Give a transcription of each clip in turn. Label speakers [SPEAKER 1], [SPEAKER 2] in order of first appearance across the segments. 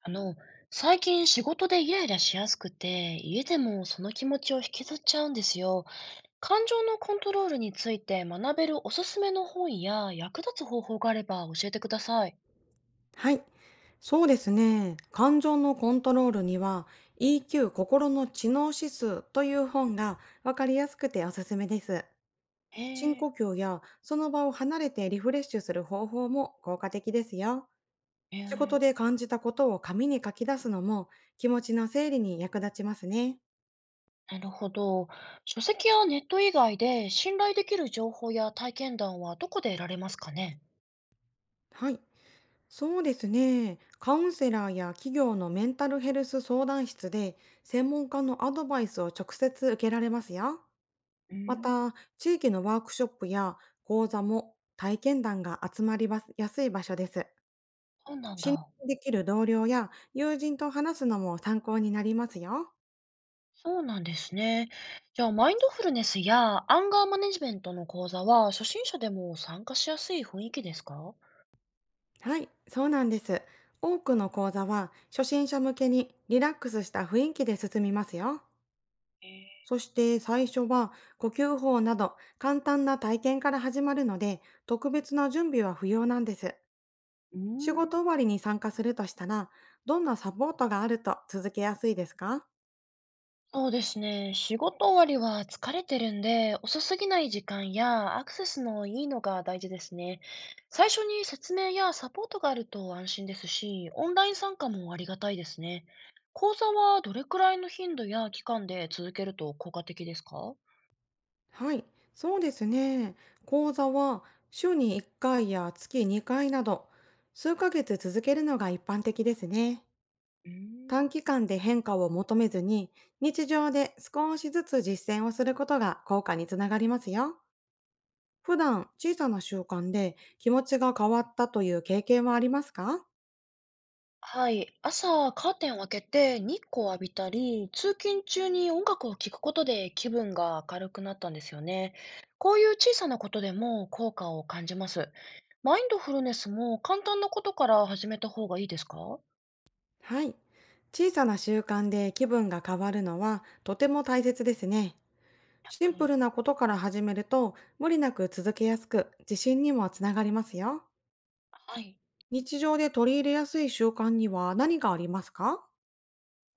[SPEAKER 1] あの、最近仕事でイライラしやすくて、家でもその気持ちを引きずっちゃうんですよ。感情のコントロールについて学べるおすすめの本や役立つ方法があれば教えてください。
[SPEAKER 2] はい。そうですね。感情のコントロールには EQ 心の知能指数という本がわかりやすくておすすめです。
[SPEAKER 1] へ
[SPEAKER 2] 深
[SPEAKER 1] え、
[SPEAKER 2] 呼吸やその場を離れてリフレッシュする方法も効果的ですよ。
[SPEAKER 1] へ
[SPEAKER 2] 仕事
[SPEAKER 1] え、
[SPEAKER 2] で感じたことを紙に書き出すのも気持ちの整理に役立ちますね。
[SPEAKER 1] なるほど。書籍やネット以外で信頼できる情報や体験談はどこで得られますかね？
[SPEAKER 2] はい。そうですね。カウンセラーや企業のメンタルヘルス相談室で専門家のアドバイスを直接受けられますよ。
[SPEAKER 1] う
[SPEAKER 2] ま
[SPEAKER 1] ーん、
[SPEAKER 2] た、地域のワークショップや講座も体験談が集まりやすい場所です。
[SPEAKER 1] そうなん
[SPEAKER 2] 信
[SPEAKER 1] だ。
[SPEAKER 2] 頼できる同僚や友人と話すのも参考になりますよ。
[SPEAKER 1] そうなんですね。じゃあ、マインドフルネスやアンガーマネジメントの講座は初心者でも参加しやすい雰囲気ですか？
[SPEAKER 2] はい、そうなんです。多くの講座は初心者向けにリラックスした雰囲気で進みますよ。
[SPEAKER 1] え
[SPEAKER 2] そして最初は呼吸法など簡単な体験から始まるので、特別な準備は不要なんです。
[SPEAKER 1] ー、う
[SPEAKER 2] 仕
[SPEAKER 1] ー
[SPEAKER 2] 事終
[SPEAKER 1] ん。
[SPEAKER 2] わりに参加するとしたら、どんなサポートがあると続けやすいですか？
[SPEAKER 1] そうですね。仕事終わりは疲れてるんで、遅すぎない時間やアクセスのいいのが大事ですね。最初に説明やサポートがあると安心ですし、オンライン参加もありがたいですね。講座はどれくらいの頻度や期間で続けると効果的ですか？
[SPEAKER 2] はい、そうですね。講座は週に1回や月2回など、数ヶ月続けるのが一般的ですね。
[SPEAKER 1] うーん、
[SPEAKER 2] 短期間で変化を求めずに、日常で少しずつ実践をすることが効果につながりますよ。普段、小さな習慣で気持ちが変わったという経験はありますか？
[SPEAKER 1] はい。朝、カーテンを開けて日光を浴びたり、通勤中に音楽を聴くことで気分が明るくなったんですよね。こういう小さなことでも効果を感じます。マインドフルネスも簡単なことから始めた方がいいですかは、
[SPEAKER 2] はい。小さな習慣で気分が変わるのはとても大切ですね。
[SPEAKER 1] やっ
[SPEAKER 2] シ
[SPEAKER 1] ぱ
[SPEAKER 2] ンプ
[SPEAKER 1] り。
[SPEAKER 2] ルなことから始めると、無理なく続けやすく、自信にもつながりますよ。
[SPEAKER 1] はい。
[SPEAKER 2] 日常で取り入れやすい習慣には何がありますか？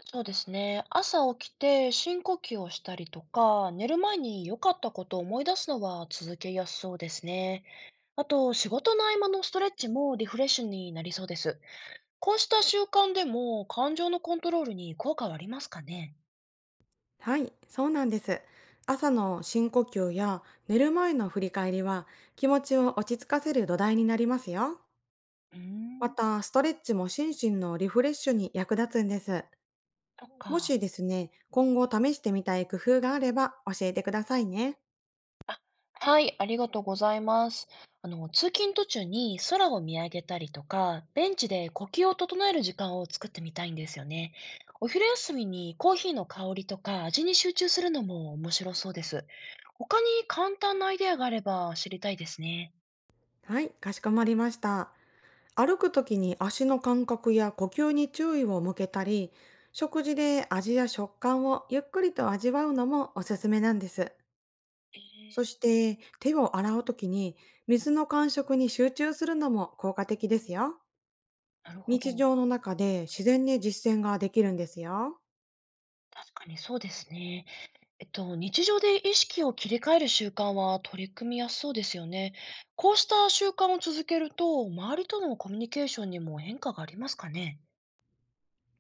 [SPEAKER 1] そうですね。朝起きて深呼吸をしたりとか、寝る前に良かったことを思い出すのは続けやすそうですね。あと、仕事の合間のストレッチもリフレッシュになりそうです。こうした習慣でも、感情のコントロールに効果はありますかね？
[SPEAKER 2] はい、そうなんです。朝の深呼吸や寝る前の振り返りは、気持ちを落ち着かせる土台になりますよ。
[SPEAKER 1] うー
[SPEAKER 2] ま
[SPEAKER 1] ん、
[SPEAKER 2] た、ストレッチも心身のリフレッシュに役立つんです。
[SPEAKER 1] そっ
[SPEAKER 2] も
[SPEAKER 1] か。
[SPEAKER 2] しですね、今後試してみたい工夫があれば教えてくださいね。
[SPEAKER 1] あ、はい、ありがとうございます。通勤途中に空を見上げたりとか、ベンチで呼吸を整える時間を作ってみたいんですよね。お昼休みにコーヒーの香りとか味に集中するのも面白そうです。他に簡単なアイデアがあれば知りたいですね。
[SPEAKER 2] はい、かしこまりました。歩くときに足の感覚や呼吸に注意を向けたり、食事で味や食感をゆっくりと味わうのもおすすめなんです。
[SPEAKER 1] え
[SPEAKER 2] そ
[SPEAKER 1] ー、
[SPEAKER 2] して手を洗うときに、水の感触に集中するのも効果的ですよ。
[SPEAKER 1] なるほ
[SPEAKER 2] 日
[SPEAKER 1] ど。
[SPEAKER 2] 常の中で自然に実践ができるんですよ。
[SPEAKER 1] 確かにそうですね。日常で意識を切り替える習慣は取り組みやすそうですよね。こうした習慣を続けると、周りとのコミュニケーションにも変化がありますかね？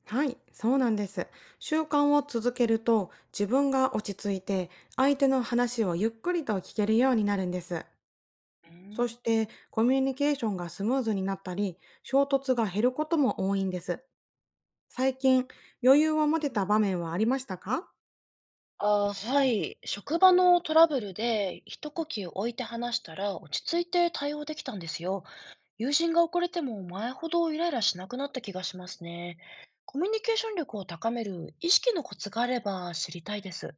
[SPEAKER 2] はい、そうなんです。習慣を続けると、自分が落ち着いて相手の話をゆっくりと聞けるようになるんです。
[SPEAKER 1] うー
[SPEAKER 2] そ
[SPEAKER 1] ん、
[SPEAKER 2] してコミュニケーションがスムーズになったり、衝突が減ることも多いんです。最近、余裕を持てた場面はありましたか？
[SPEAKER 1] あー、はい。職場のトラブルで一呼吸置いて話したら落ち着いて対応できたんですよ。友人が遅れても前ほどイライラしなくなった気がしますね。コミュニケーション力を高める意識のコツがあれば知りたいです。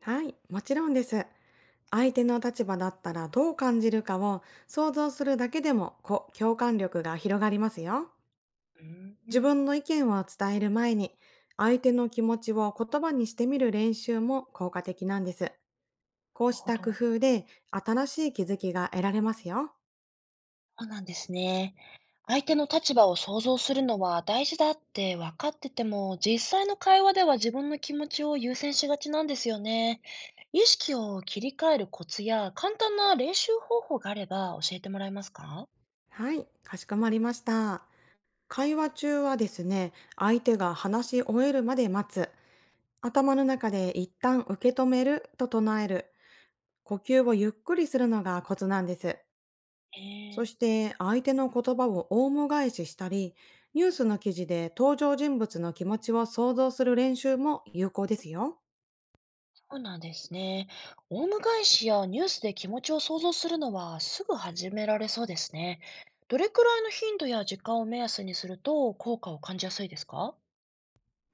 [SPEAKER 2] はい、もちろんです。相手の立場だったらどう感じるかを想像するだけでも、共感力が広がりますよ。
[SPEAKER 1] うー
[SPEAKER 2] 自
[SPEAKER 1] ん、
[SPEAKER 2] 分の意見を伝える前に、相手の気持ちを言葉にしてみる練習も効果的なんです。こう
[SPEAKER 1] なる
[SPEAKER 2] し
[SPEAKER 1] ほ
[SPEAKER 2] た工
[SPEAKER 1] ど。
[SPEAKER 2] 夫で新しい気づきが得られますよ。
[SPEAKER 1] そうなんですね。相手の立場を想像するのは大事だって分かってても、実際の会話では自分の気持ちを優先しがちなんですよね。意識を切り替えるコツや簡単な練習方法があれば教えてもらえますか？
[SPEAKER 2] はい、かしこまりました。会話中はですね、相手が話し終えるまで待つ、頭の中で一旦受け止めると唱える、呼吸をゆっくりするのがコツなんです。
[SPEAKER 1] え
[SPEAKER 2] そし
[SPEAKER 1] え、
[SPEAKER 2] て相手の言葉をオウム返ししたり、ニュースの記事で登場人物の気持ちを想像する練習も有効ですよ。
[SPEAKER 1] そうなんですね。オウム返しやニュースで気持ちを想像するのはすぐ始められそうですね。どれくらいの頻度や時間を目安にすると効果を感じやすいですか？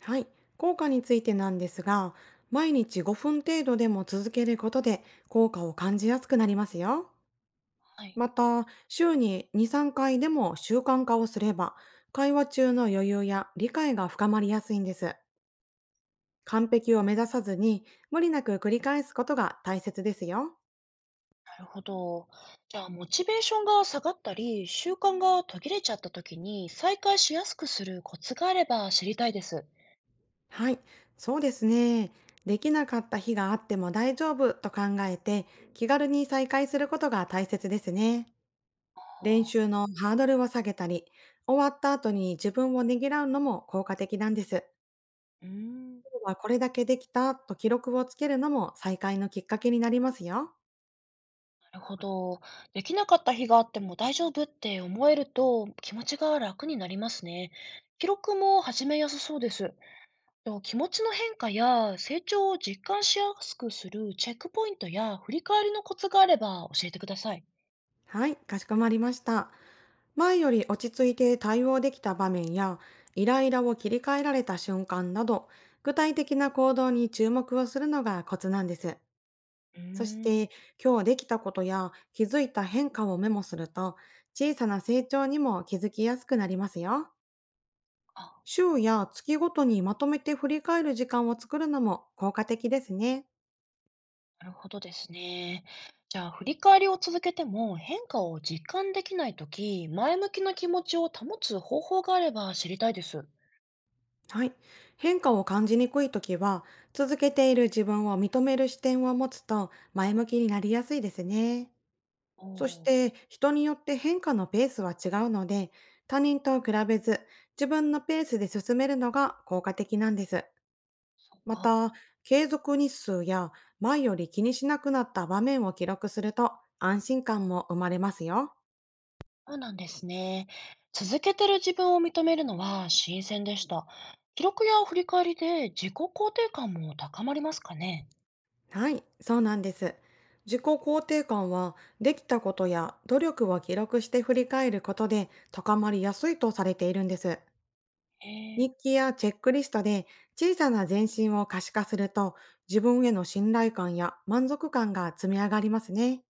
[SPEAKER 2] はい。効果についてなんですが、毎日5分程度でも続けることで効果を感じやすくなりますよ。
[SPEAKER 1] はい。
[SPEAKER 2] また、週に2、3回でも習慣化をすれば、会話中の余裕や理解が深まりやすいんです。完璧を目指さずに、無理なく繰り返すことが大切ですよ。
[SPEAKER 1] なるほど。じゃあ、モチベーションが下がったり、習慣が途切れちゃった時に再開しやすくするコツがあれば知りたいです。
[SPEAKER 2] はい、そうですね。できなかった日があっても大丈夫と考えて、気軽に再開することが大切ですね。練
[SPEAKER 1] あ
[SPEAKER 2] 習のハードルを下げたり、終わった後に自分をねぎらうのも効果的なんです。
[SPEAKER 1] ー、うーん、な
[SPEAKER 2] 今日はこれだけできたと記録をつけるのも再開のきっかけになりますよ。
[SPEAKER 1] るほど。できなかった日があっても大丈夫って思えると気持ちが楽になりますね。記録も始めやすそうです。と、気持ちの変化や成長を実感しやすくするチェックポイントや振り返りのコツがあれば教えてください。
[SPEAKER 2] はい、かしこまりました。前より落ち着いて対応できた場面や、イライラを切り替えられた瞬間など、具体的な行動に注目をするのがコツなんです。
[SPEAKER 1] うー
[SPEAKER 2] そし
[SPEAKER 1] ん。
[SPEAKER 2] て、今日できたことや気づいた変化をメモすると、小さな成長にも気づきやすくなりますよ。
[SPEAKER 1] あ、
[SPEAKER 2] 週や月ごとにまとめて振り返る時間を作るのも効果的ですね。
[SPEAKER 1] なるほどですね。じゃあ、振り返りを続けても変化を実感できないとき、前向きな気持ちを保つ方法があれば知りたいです。
[SPEAKER 2] はい。変化を感じにくいときは、続けている自分を認める視点を持つと前向きになりやすいですね。
[SPEAKER 1] お
[SPEAKER 2] そし
[SPEAKER 1] お、
[SPEAKER 2] て、人によって変化のペースは違うので、他人と比べず、自分のペースで進めるのが効果的なんです。
[SPEAKER 1] そっ
[SPEAKER 2] ま
[SPEAKER 1] か。
[SPEAKER 2] た、継続日数や前より気にしなくなった場面を記録すると、安心感も生まれますよ。
[SPEAKER 1] そうなんですね。続けてる自分を認めるのは新鮮でした。記録や振り返りで自己肯定感も高まりますかね。
[SPEAKER 2] はい、そうなんです。自己肯定感は、できたことや努力を記録して振り返ることで高まりやすいとされているんです。
[SPEAKER 1] へえ、なる
[SPEAKER 2] 日記やチェックリストで小さな前進を可視化すると、自分への信頼感や満足感が積み上がりますね。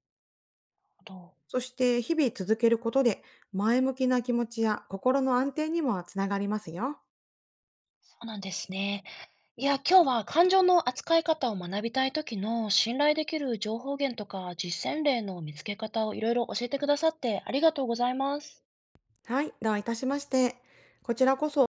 [SPEAKER 1] ほど。
[SPEAKER 2] そして日々続けることで、前向きな気持ちや心の安定にもつながりますよ。
[SPEAKER 1] そうなんですね。いや、今日は感情の扱い方を学びたい時の信頼できる情報源とか実践例の見つけ方をいろいろ教えてくださってありがとうございます。
[SPEAKER 2] はい、どういたしまして。こちらこそ